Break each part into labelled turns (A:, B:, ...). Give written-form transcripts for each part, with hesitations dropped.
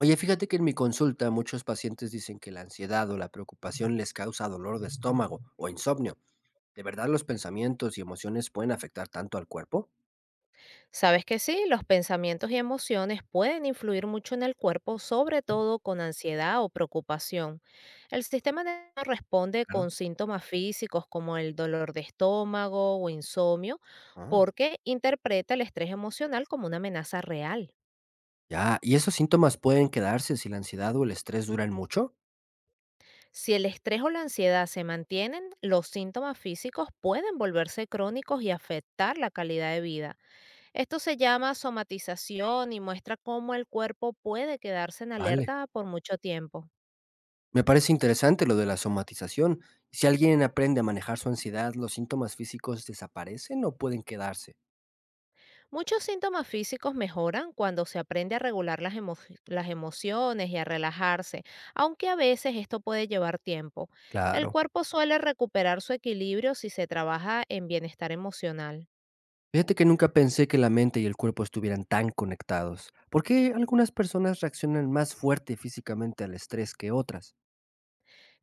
A: Oye, fíjate que en mi consulta muchos pacientes dicen que la ansiedad o la preocupación les causa dolor de estómago o insomnio. ¿De verdad los pensamientos y emociones pueden afectar tanto al cuerpo?
B: Sabes que sí, los pensamientos y emociones pueden influir mucho en el cuerpo, sobre todo con ansiedad o preocupación. El sistema nervioso responde con
A: Claro.
B: síntomas físicos como el dolor de estómago o insomnio,
A: Ah,
B: porque interpreta el estrés emocional como una amenaza real.
A: ya. ¿Y esos síntomas pueden quedarse si la ansiedad o el estrés duran mucho?
B: Si el estrés o la ansiedad se mantienen, los síntomas físicos pueden volverse crónicos y afectar la calidad de vida. Esto se llama somatización y muestra cómo el cuerpo puede quedarse en
A: Vale.
B: alerta por mucho tiempo.
A: Me parece interesante lo de la somatización. Si alguien aprende a manejar su ansiedad, ¿los síntomas físicos desaparecen o pueden quedarse?
B: Muchos síntomas físicos mejoran cuando se aprende a regular las emociones y a relajarse, aunque a veces esto puede llevar tiempo. El
A: Claro.
B: cuerpo suele recuperar su equilibrio si se trabaja en bienestar emocional.
A: Fíjate que nunca pensé que la mente y el cuerpo estuvieran tan conectados. ¿Por qué algunas personas reaccionan más fuerte físicamente al estrés que otras?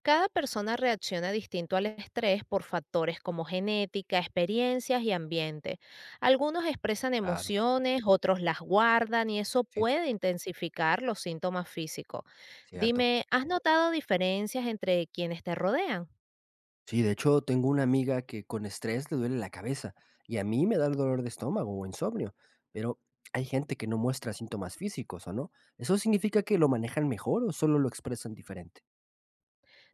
B: Cada persona reacciona distinto al estrés por factores como genética, experiencias y ambiente. Algunos expresan
A: Claro,
B: emociones, otros las guardan y eso
A: sí,
B: puede intensificar los síntomas físicos.
A: cierto.
B: Dime, ¿has notado diferencias entre quienes te rodean?
A: Sí, de hecho, tengo una amiga que con estrés le duele la cabeza y a mí me da el dolor de estómago o insomnio, pero hay gente que no muestra síntomas físicos, ¿o no? ¿Eso significa que lo manejan mejor o solo lo expresan diferente?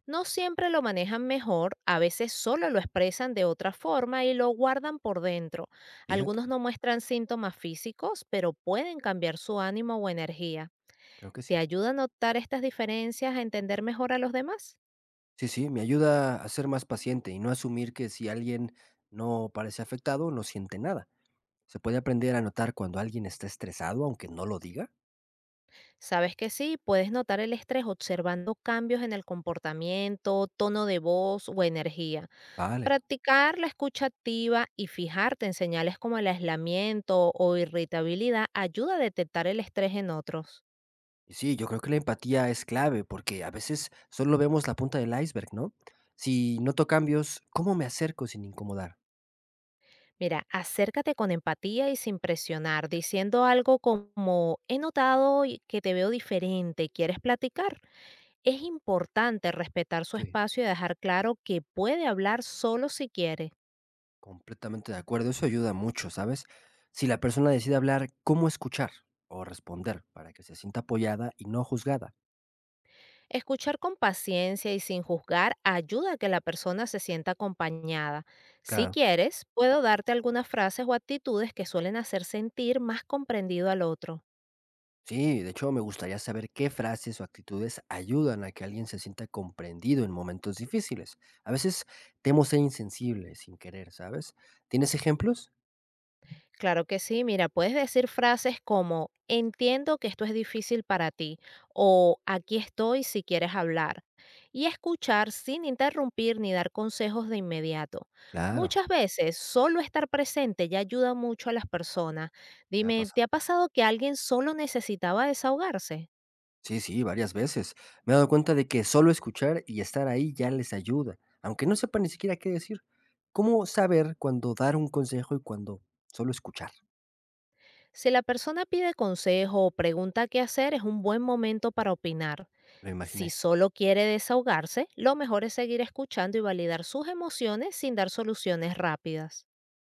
B: No siempre lo manejan mejor, a veces solo lo expresan de otra forma y lo guardan por dentro.
A: Fíjate,
B: Algunos no muestran síntomas físicos, pero pueden cambiar su ánimo o energía.
A: creo que
B: ¿Te
A: sí.
B: ayuda a notar estas diferencias, a entender mejor a los demás?
A: Sí, sí, me ayuda a ser más paciente y no asumir que si alguien no parece afectado, no siente nada. ¿Se puede aprender a notar cuando alguien está estresado aunque no lo diga?
B: Sabes que sí, puedes notar el estrés observando cambios en el comportamiento, tono de voz o energía.
A: Vale.
B: Practicar la escucha activa y fijarte en señales como el aislamiento o irritabilidad ayuda a detectar el estrés en otros.
A: Y sí, yo creo que la empatía es clave porque a veces solo vemos la punta del iceberg, ¿no? Si noto cambios, ¿cómo me acerco sin incomodar?
B: Mira, acércate con empatía y sin presionar, diciendo algo como, he notado y que te veo diferente, ¿quieres platicar? Es importante respetar su
A: Sí,
B: espacio y dejar claro que puede hablar solo si quiere.
A: completamente de acuerdo. Eso ayuda mucho, ¿sabes? Si la persona decide hablar, ¿cómo escuchar o responder para que se sienta apoyada y no juzgada?
B: Escuchar con paciencia y sin juzgar ayuda a que la persona se sienta acompañada. Si
A: Claro.
B: quieres, puedo darte algunas frases o actitudes que suelen hacer sentir más comprendido al otro.
A: Sí, de hecho me gustaría saber qué frases o actitudes ayudan a que alguien se sienta comprendido en momentos difíciles. A veces temo ser insensible sin querer, ¿sabes? ¿Tienes ejemplos?
B: Claro que sí, mira, puedes decir frases como entiendo que esto es difícil para ti o aquí estoy si quieres hablar y escuchar sin interrumpir ni dar consejos de inmediato.
A: Claro,
B: Muchas veces solo estar presente ya ayuda mucho a las personas.
A: me ha
B: Dime, ¿te
A: pasado.
B: ha pasado que alguien solo necesitaba desahogarse?
A: Sí, sí, varias veces. Me he dado cuenta de que solo escuchar y estar ahí ya les ayuda, aunque no sepan ni siquiera qué decir. ¿Cómo saber cuándo dar un consejo y cuándo solo escuchar?
B: Si la persona pide consejo o pregunta qué hacer, es un buen momento para opinar.
A: Lo
B: Si
A: imaginé.
B: solo quiere desahogarse, lo mejor es seguir escuchando y validar sus emociones sin dar soluciones rápidas.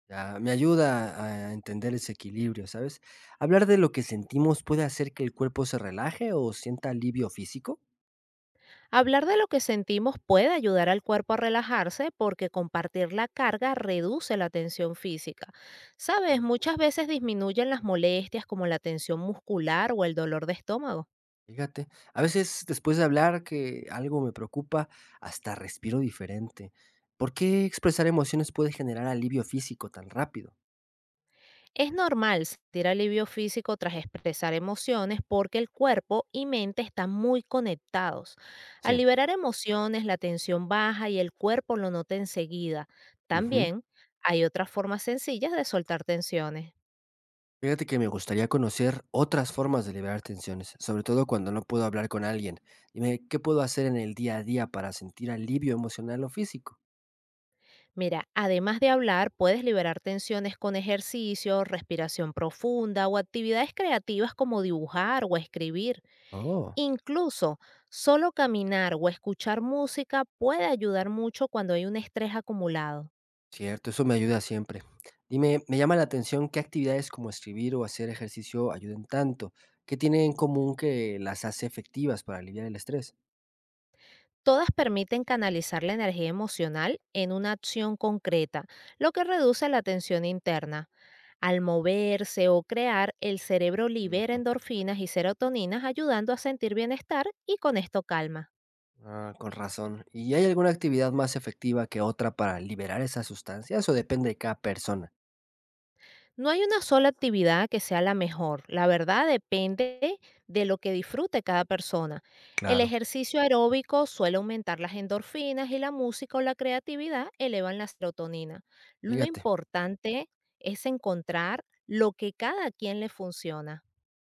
A: Ya, me ayuda a entender ese equilibrio, ¿sabes? ¿Hablar de lo que sentimos puede hacer que el cuerpo se relaje o sienta alivio físico?
B: Hablar de lo que sentimos puede ayudar al cuerpo a relajarse porque compartir la carga reduce la tensión física. Sabes,
A: Mm.
B: muchas veces disminuyen las molestias como la tensión muscular o el dolor de estómago.
A: Fíjate, a veces después de hablar que algo me preocupa, hasta respiro diferente. ¿Por qué expresar emociones puede generar alivio físico tan rápido?
B: Es normal sentir alivio físico tras expresar emociones porque el cuerpo y mente están muy conectados. Al
A: Sí.
B: liberar emociones, la tensión baja y el cuerpo lo nota enseguida.
A: Ujú.
B: También hay otras formas sencillas de soltar tensiones.
A: Fíjate que me gustaría conocer otras formas de liberar tensiones, sobre todo cuando no puedo hablar con alguien. Dime, ¿qué puedo hacer en el día a día para sentir alivio emocional o físico?
B: Mira, además de hablar, puedes liberar tensiones con ejercicio, respiración profunda o actividades creativas como dibujar o escribir.
A: Oh.
B: Incluso solo caminar o escuchar música puede ayudar mucho cuando hay un estrés acumulado.
A: Cierto, eso me ayuda siempre. Dime, me llama la atención qué actividades como escribir o hacer ejercicio ayuden tanto. ¿Qué tienen en común que las hace efectivas para aliviar el estrés?
B: Todas permiten canalizar la energía emocional en una acción concreta, lo que reduce la tensión interna. Al moverse o crear, el cerebro libera
A: Ujú.
B: endorfinas y serotoninas ayudando a sentir bienestar y con esto calma.
A: Ah, con razón. ¿Y hay alguna actividad más efectiva que otra para liberar esas sustancias o depende de cada persona?
B: No hay una sola actividad que sea la mejor. La verdad depende de lo que disfrute cada persona. El
A: Claro.
B: ejercicio aeróbico suele aumentar las endorfinas y la música o la creatividad elevan la serotonina. Lo
A: Fíjate,
B: importante es encontrar lo que cada quien le funciona.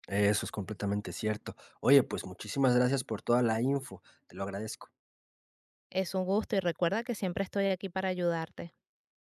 A: eso es completamente cierto. Oye, pues muchísimas gracias por toda la info. Te lo agradezco.
B: Es un gusto y recuerda que siempre estoy aquí para ayudarte.